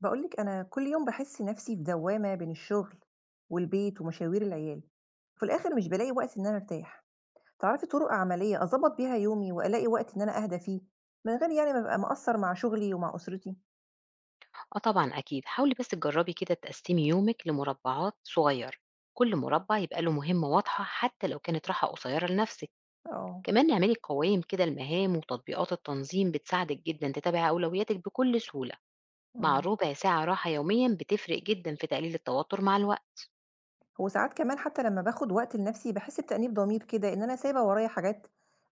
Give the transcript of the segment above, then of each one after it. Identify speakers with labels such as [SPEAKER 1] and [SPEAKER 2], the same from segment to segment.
[SPEAKER 1] بقولك أنا كل يوم بحس نفسي في دوامة بين الشغل والبيت ومشاوير العيال. في الآخر مش بلاقي وقت إن أنا أرتاح. تعرفي طرق عملية أظبط بيها يومي وألاقي وقت إن أنا أهدى فيه، من غير يعني ما أبقى مقصر مع شغلي ومع أسرتي؟
[SPEAKER 2] آه طبعًا أكيد، حاولي بس تجرّبي كده تقسّمي يومِك لمربعات صغيّرة، كل مربع يبقى له مهمة واضحة حتى لو كانت راحة قصيّرة لنفسِك،
[SPEAKER 1] اه.
[SPEAKER 2] كمان اعملي قوائم كده لمهام وتطبيقات التنظيم بتساعدِك جدًا تتابعي أولوياتِك بكل سهولة، مع
[SPEAKER 1] مم.
[SPEAKER 2] ¼ ساعة راحة يوميًا بتفرق جدًا في تقليل التوتر مع الوقت.
[SPEAKER 1] هو ساعات كمان حتى لما باخد وقت لنفسي بحس بتأنيب ضمير كده إن أنا سايبة ورايا حاجات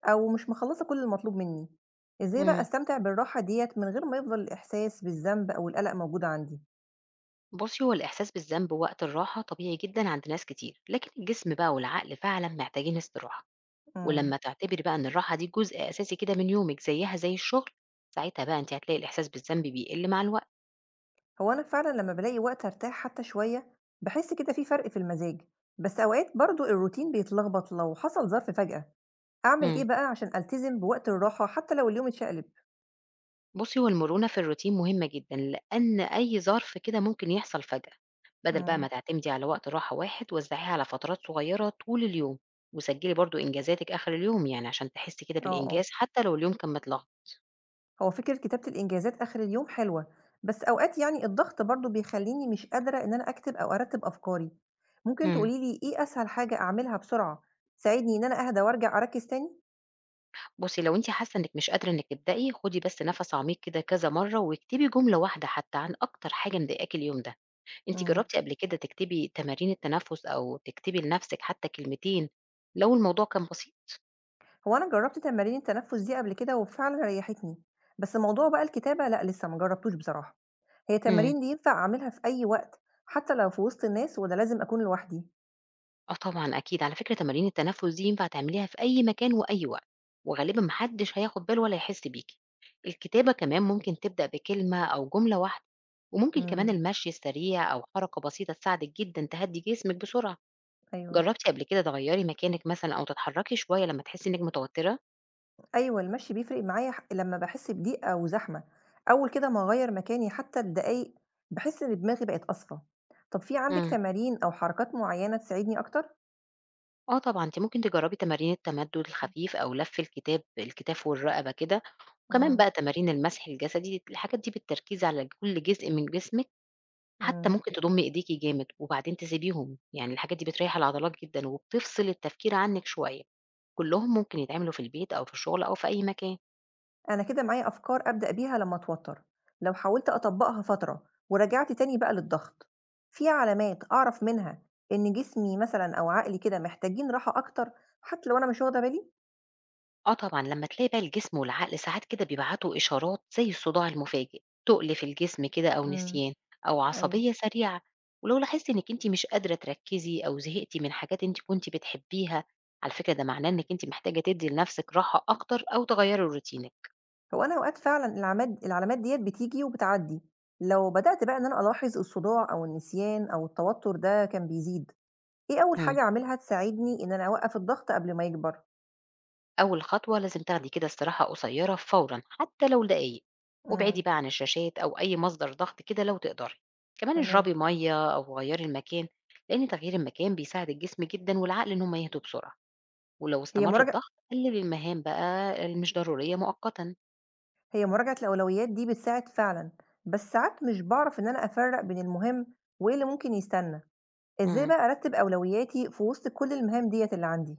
[SPEAKER 1] أو مش مخلصة كل المطلوب مني. إزاي بقى
[SPEAKER 2] امم.
[SPEAKER 1] أستمتع بالراحة ديت من غير ما يفضل الإحساس بالذنب أو القلق موجود عندي؟
[SPEAKER 2] بُصي، هو الإحساس بالذنب وقت الراحة طبيعي جدًا عند ناس كتير، لكن الجسم بقى والعقل فعلًا محتاجين استراحة.
[SPEAKER 1] مم.
[SPEAKER 2] ولمّا تعتبري بقى إن الراحة دي جزء أساسي كده من يومِك زيّها زي الشغل، ساعتها بقى أنتِ هتلاقي الإحساس بالذنب بيقل مع الوقت.
[SPEAKER 1] هو أنا فعلًا لمّا بالاقي وقت أرتاح حتى شوية، باحس كده في فرق في المزاج، بس أوقات برضه الروتين بيتلخبط لو حصل ظرف فجأة، أعمل
[SPEAKER 2] إمم.
[SPEAKER 1] إيه بقى عشان ألتزم بوقت الراحة حتى لو اليوم اتشقلب؟
[SPEAKER 2] بُصّي، هو المرونة في الروتين مهمة جدًا، لأن أي ظرف كده ممكن يحصل فجأة. بدل بقى ما
[SPEAKER 1] إمم.
[SPEAKER 2] تعتمدي على وقت راحة واحد، وزّعيها على فترات صغيّرة طول اليوم، وسجّلي برضه إنجازاتِك آخر اليوم، يعني عشان تحسّي كده
[SPEAKER 1] آه، آه،
[SPEAKER 2] بالإنجاز حتى لو اليوم كان متلخبط.
[SPEAKER 1] هو فكرة كتابة الإنجازات آخر اليوم حلوة، بس أوقات يعني الضغط برضه بيخلّيني مش قادرة إن أنا أكتب أو أرتّب أفكاري، ممكن
[SPEAKER 2] إمم.
[SPEAKER 1] تقولي لي إيه أسهل حاجة أعملها بسرعة تساعدني إن أنا أهدى وأرجع أركّز تاني؟
[SPEAKER 2] بُصّي، لو أنتِ حاسة إنِّك مش قادرة إنِّك تبدئي، خُدي بس نَفَس عميق كده كذا مرّة، واكتبي جملة واحدة حتى عن أكتر حاجة مضايقاكِ اليوم ده. أنتِ
[SPEAKER 1] إمم.
[SPEAKER 2] جرّبتِ قبل كده تكتبي تمارين التنفس أو تكتبي لنفسِك حتى كلمتين لو الموضوع كان بسيط؟
[SPEAKER 1] هو أنا جرّبت تمارين التنفس دي قبل كده وفعلًا ريّحتني، بس موضوع بقى الكتابة لأ لسه ما جرّبتوش بصراحة، هي
[SPEAKER 2] إمم.
[SPEAKER 1] تمارين دي ينفع أعملها في أي وقت حتى لو في وسط الناس والّا لازم أكون لوحدي؟
[SPEAKER 2] آه طبعًا أكيد. على فكرة تمارين التنفس دي ينفع تعمليها في أي مكان وأي وقت، وغالبًا ما حدش هياخد باله ولا هيحس بيكِ. الكتابة كمان ممكن تبدأ بكلمة أو جملة واحدة، وممكن كمان
[SPEAKER 1] إمم.
[SPEAKER 2] المشي السريع أو حركة بسيطة تساعدِك جدًا تهدّي جسمِك بسرعة.
[SPEAKER 1] أيوه.
[SPEAKER 2] جرّبتِ قبل كده تغيّري مكانِك مثلًا أو تتحركي شوية لمّا تحسي إنِّك متوترة؟
[SPEAKER 1] أيوه، المشي بيفرق معايا لمّا باحس بضيق أو زحمة، أول كده ما أغيّر مكاني حتى لدقايق باحس إن دماغي بقت أصفى. طب في عندِك
[SPEAKER 2] إمم.
[SPEAKER 1] تمارين أو حركات معيّنة تساعدني أكتر؟
[SPEAKER 2] آه طبعًا، أنتِ ممكن تجرّبي تمارين التمدُّد الخفيف أو لَف الكتاف والرقبة كده، وكمان
[SPEAKER 1] إمم.
[SPEAKER 2] بقى تمارين المسح الجسدي، الحاجات دي بالتركيز على كل جزء من جسمِك، حتى
[SPEAKER 1] إمم.
[SPEAKER 2] ممكن تضُمّي إيديكِ جامد وبعدين تسيبيهم، يعني الحاجات دي بتريّح العضلات جدًا وبتفصل التفكير عنِّك شوية، كُلّهم ممكن يتعملوا في البيت أو في الشغل أو في أي مكان.
[SPEAKER 1] أنا كده معايا أفكار أبدأ بيها لما أتوتر، لو حاولت أطبقها فترة ورجعت تاني بقى للضغط، في علامات أعرف منها إن جسمي مثلًا أو عقلي كده محتاجين راحة أكتر حتى لو أنا مش واخدة بالي؟
[SPEAKER 2] آه طبعًا، لمّا تلاقي بقى الجسم والعقل ساعات كده بيبعتوا إشارات زي الصداع المفاجئ، تُقل في الجسم كده أو
[SPEAKER 1] امم
[SPEAKER 2] نسيان أو
[SPEAKER 1] أيوه.
[SPEAKER 2] عصبية سريعة، ولو لاحظتِ إنِّك أنتِ مش قادرة تركّزي أو زهقتِ من حاجات أنتِ كنتِ بتحبيها، على فكرة ده معناه إنِّك أنتِ محتاجة تدّي لنفسِك راحة أكتر أو تغيّري روتينِك.
[SPEAKER 1] هو أنا أوقات فعلًا العلامات ديّة بتيجي وبتعدي، لو بدأت بقى إن أنا ألاحظ الصداع أو النسيان أو التوتر ده كان بيزيد، إيه أول
[SPEAKER 2] إمم.
[SPEAKER 1] حاجة أعملها تساعدني إن أنا أوقف الضغط قبل ما يكبر؟
[SPEAKER 2] أول خطوة لازم تاخدي كده استراحة قصيرة فورا حتى لو دقايق وابعدي
[SPEAKER 1] امم.
[SPEAKER 2] بقى عن الشاشات أو أي مصدر ضغط كده لو تقدري كمان اشربي
[SPEAKER 1] تمام.
[SPEAKER 2] مية أو غيري المكان لأن تغيير المكان بيساعد الجسم جدا والعقل إن هما يهدوا بسرعة ولو
[SPEAKER 1] هي
[SPEAKER 2] استمر
[SPEAKER 1] مراجعة
[SPEAKER 2] الضغط قللي المهام بقى اللي مش ضرورية مؤقتا.
[SPEAKER 1] هي مراجعة الأولويات دي بتساعد فعلًا، بس ساعات مش باعرف إن أنا أفرّق بين المهم وإيه اللي ممكن يستنى، إزاي
[SPEAKER 2] مم.
[SPEAKER 1] بقى أرتّب أولوياتي في وسط كل المهام ديّة اللي عندي؟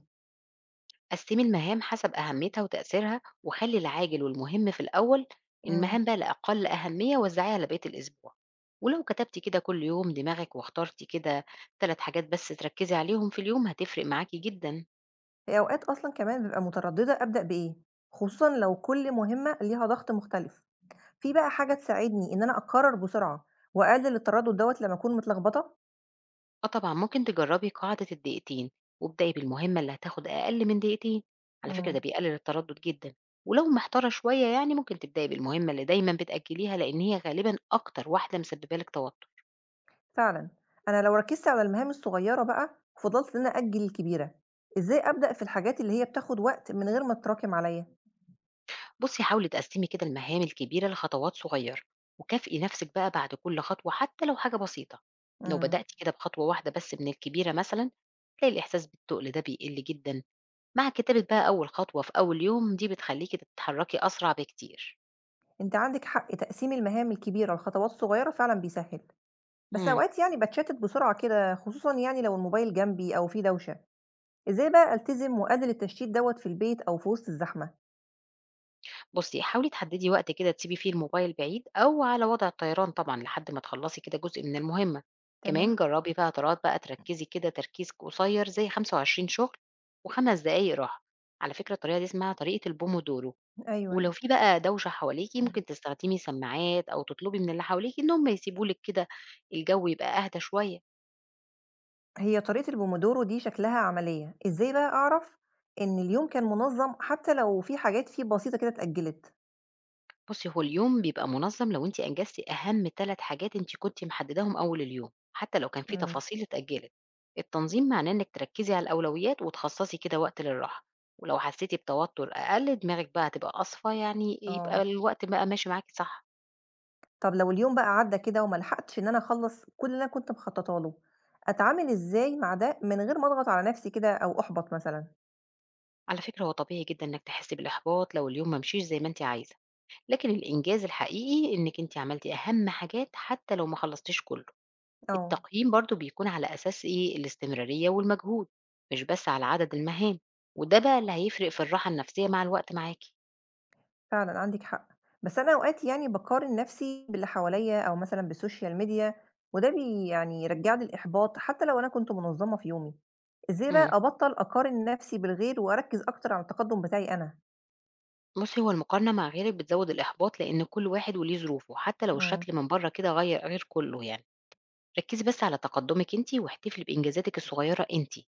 [SPEAKER 2] قسمي المهام حسب أهميتها وتأثيرها وخلي العاجل والمهم في الأول،
[SPEAKER 1] إمم.
[SPEAKER 2] المهام بقى الأقل أهمية وزعيها على بقية الأسبوع. ولو كتبتي كده كل يوم دماغك واخترتي كده 3 حاجات بس تركزي عليهم في اليوم هتفرق معاكي جدا.
[SPEAKER 1] في أوقات أصلًا كمان بابقى مترددة أبدأ بإيه، خصوصًا لو كل مهمة ليها ضغط مختلف، في بقى حاجة تساعدني إن أنا أقرر بسرعة وأقلل التردد دوّة لمّا أكون متلخبطة؟
[SPEAKER 2] اه طبعا ممكن تجربي قاعدة الدقيقتين وابدأي بالمهمة اللي هتاخد أقل من دقيقتين، على فكرة ده
[SPEAKER 1] إمم.
[SPEAKER 2] بيقلل التردد جدا. ولو محتارة شوية يعني ممكن تبدأي بالمهمة اللي دايما بتأجليها لأن هي غالبا أكتر واحدة مسببة لك توتر.
[SPEAKER 1] فعلًا. أنا لو ركزت على المهام الصغيرة بقى وفضلت إن أنا أأجل الكبيرة، إزاي أبدأ في الحاجات اللي هي بتاخد وقت من غير ما تتراكم عليَّ؟
[SPEAKER 2] بصي حاولي تقسمي كده المهام الكبيرة لخطوات صغيرة وكافئي نفسك بقى بعد كل خطوة حتى لو حاجة بسيطة. لو
[SPEAKER 1] إمم.
[SPEAKER 2] بدأتي كده بخطوة واحدة بس من الكبيرة مثلا تلاقي الإحساس بالتقل ده بيقل جدا، مع كتابة بقى أول خطوة في أول يوم دي بتخليكي تتحركي أسرع بكتير.
[SPEAKER 1] أنتِ عندِك حق، تقسيم المهام الكبيرة لخطوات صغيرة فعلًا بيسهّل، بس
[SPEAKER 2] مم.
[SPEAKER 1] أوقات يعني باتشتت بسرعة كده خصوصًا يعني لو الموبايل جنبي أو في دوشة، إزاي بقى ألتزم وأقلل التشتيت دوّة في البيت أو في وسط الزحمة؟
[SPEAKER 2] بُصّي، حاولي تحددي وقت كده تسيبي فيه الموبايل بعيد أو على وضع الطيران طبعًا لحد ما تخلّصي كده جزء من المهمة، كمان
[SPEAKER 1] تمام.
[SPEAKER 2] جرّبي فترات بقى تركّزي كده تركيز قصير زي 25 شغل و5 دقايق راحة، على فكرة الطريقة دي اسمها طريقة البومودورو،
[SPEAKER 1] أيوه،
[SPEAKER 2] ولو
[SPEAKER 1] أيوه.
[SPEAKER 2] في بقى دوشة حواليكِ ممكن تستخدمي سماعات أو تطلبي من اللي حواليكِ إن هم يسيبوا لِك كده الجو يبقى أهدى شوية.
[SPEAKER 1] هي طريقة البومودورو دي شكلها عملية، إزاي بقى أعرف إن اليوم كان منظم حتى لو في حاجات فيه بسيطة كده اتأجلت؟
[SPEAKER 2] بُصّي، هو اليوم بيبقى منظَّم لو أنتِ أنجزتِ أهم 3 حاجات أنتِ كنتِ محدّداهم أول اليوم، حتى لو كان في
[SPEAKER 1] إمم.
[SPEAKER 2] تفاصيل اتأجّلت. التنظيم معناه إنِّك تركّزي على الأولويات وتخصّصي كده وقت للراحة، ولو حسّيتِ بتوتُّر أقل دماغِك بقى هتبقى أصفى، يعني يبقى
[SPEAKER 1] آه.
[SPEAKER 2] الوقت بقى ماشي معاكِ صح.
[SPEAKER 1] طب لو اليوم بقى عدّى كده وما لحقتش إن أنا أخلّص كل اللي أنا كنت مخططة له، أتعامل إزاي مع ده من غير ما أضغط على نفسي كده أو أحبط مثلًا؟
[SPEAKER 2] على فكرة هو طبيعي جدًا إنِّك تحسّي بالإحباط لو اليوم ما مشيش زي ما أنتِ عايزة، لكن الإنجاز الحقيقي إنِّك أنتِ عملتِ أهم حاجات حتى لو ما خلّصتيش كُلّه.
[SPEAKER 1] آه.
[SPEAKER 2] التقييم برضو بيكون على أساس إيه الاستمرارية والمجهود مش بس على عدد المهام، وده بقى اللي هيفرق في الراحة النفسية مع الوقت معاكي.
[SPEAKER 1] فعلًا عندِك حق، بس أنا أوقات يعني باقارن نَفْسي باللي حواليّا أو مثلًا بالسوشيال ميديا وده يعني يرجّع لي الإحباط حتى لو أنا كنت منظّمة في يومي، إزاي بقى
[SPEAKER 2] امم
[SPEAKER 1] أبطّل أقارن نَفْسي بالغير وأركّز أكتر على التقدُّم بتاعي أنا؟
[SPEAKER 2] بصي هو المقارنة مع غيرك بتزود الإحباط لأن كل واحد وليه ظروفه حتى لو
[SPEAKER 1] إمم.
[SPEAKER 2] الشكل من بره كده غير غير كله يعني. ركزي بس على تقدمك انتي واحتفلي بإنجازاتك الصغيرة انتي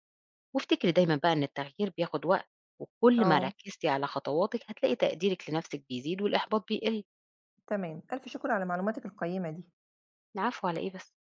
[SPEAKER 2] وافتكري دايما بقى إن التغيير بياخد وقت، وكل ما
[SPEAKER 1] آه.
[SPEAKER 2] ركزتي على خطواتك هتلاقي تقديرك لنفسك بيزيد والإحباط بيقل.
[SPEAKER 1] تمام، ألْف شكر على معلوماتِك القيّمة دي.
[SPEAKER 2] العفو على إيه بس.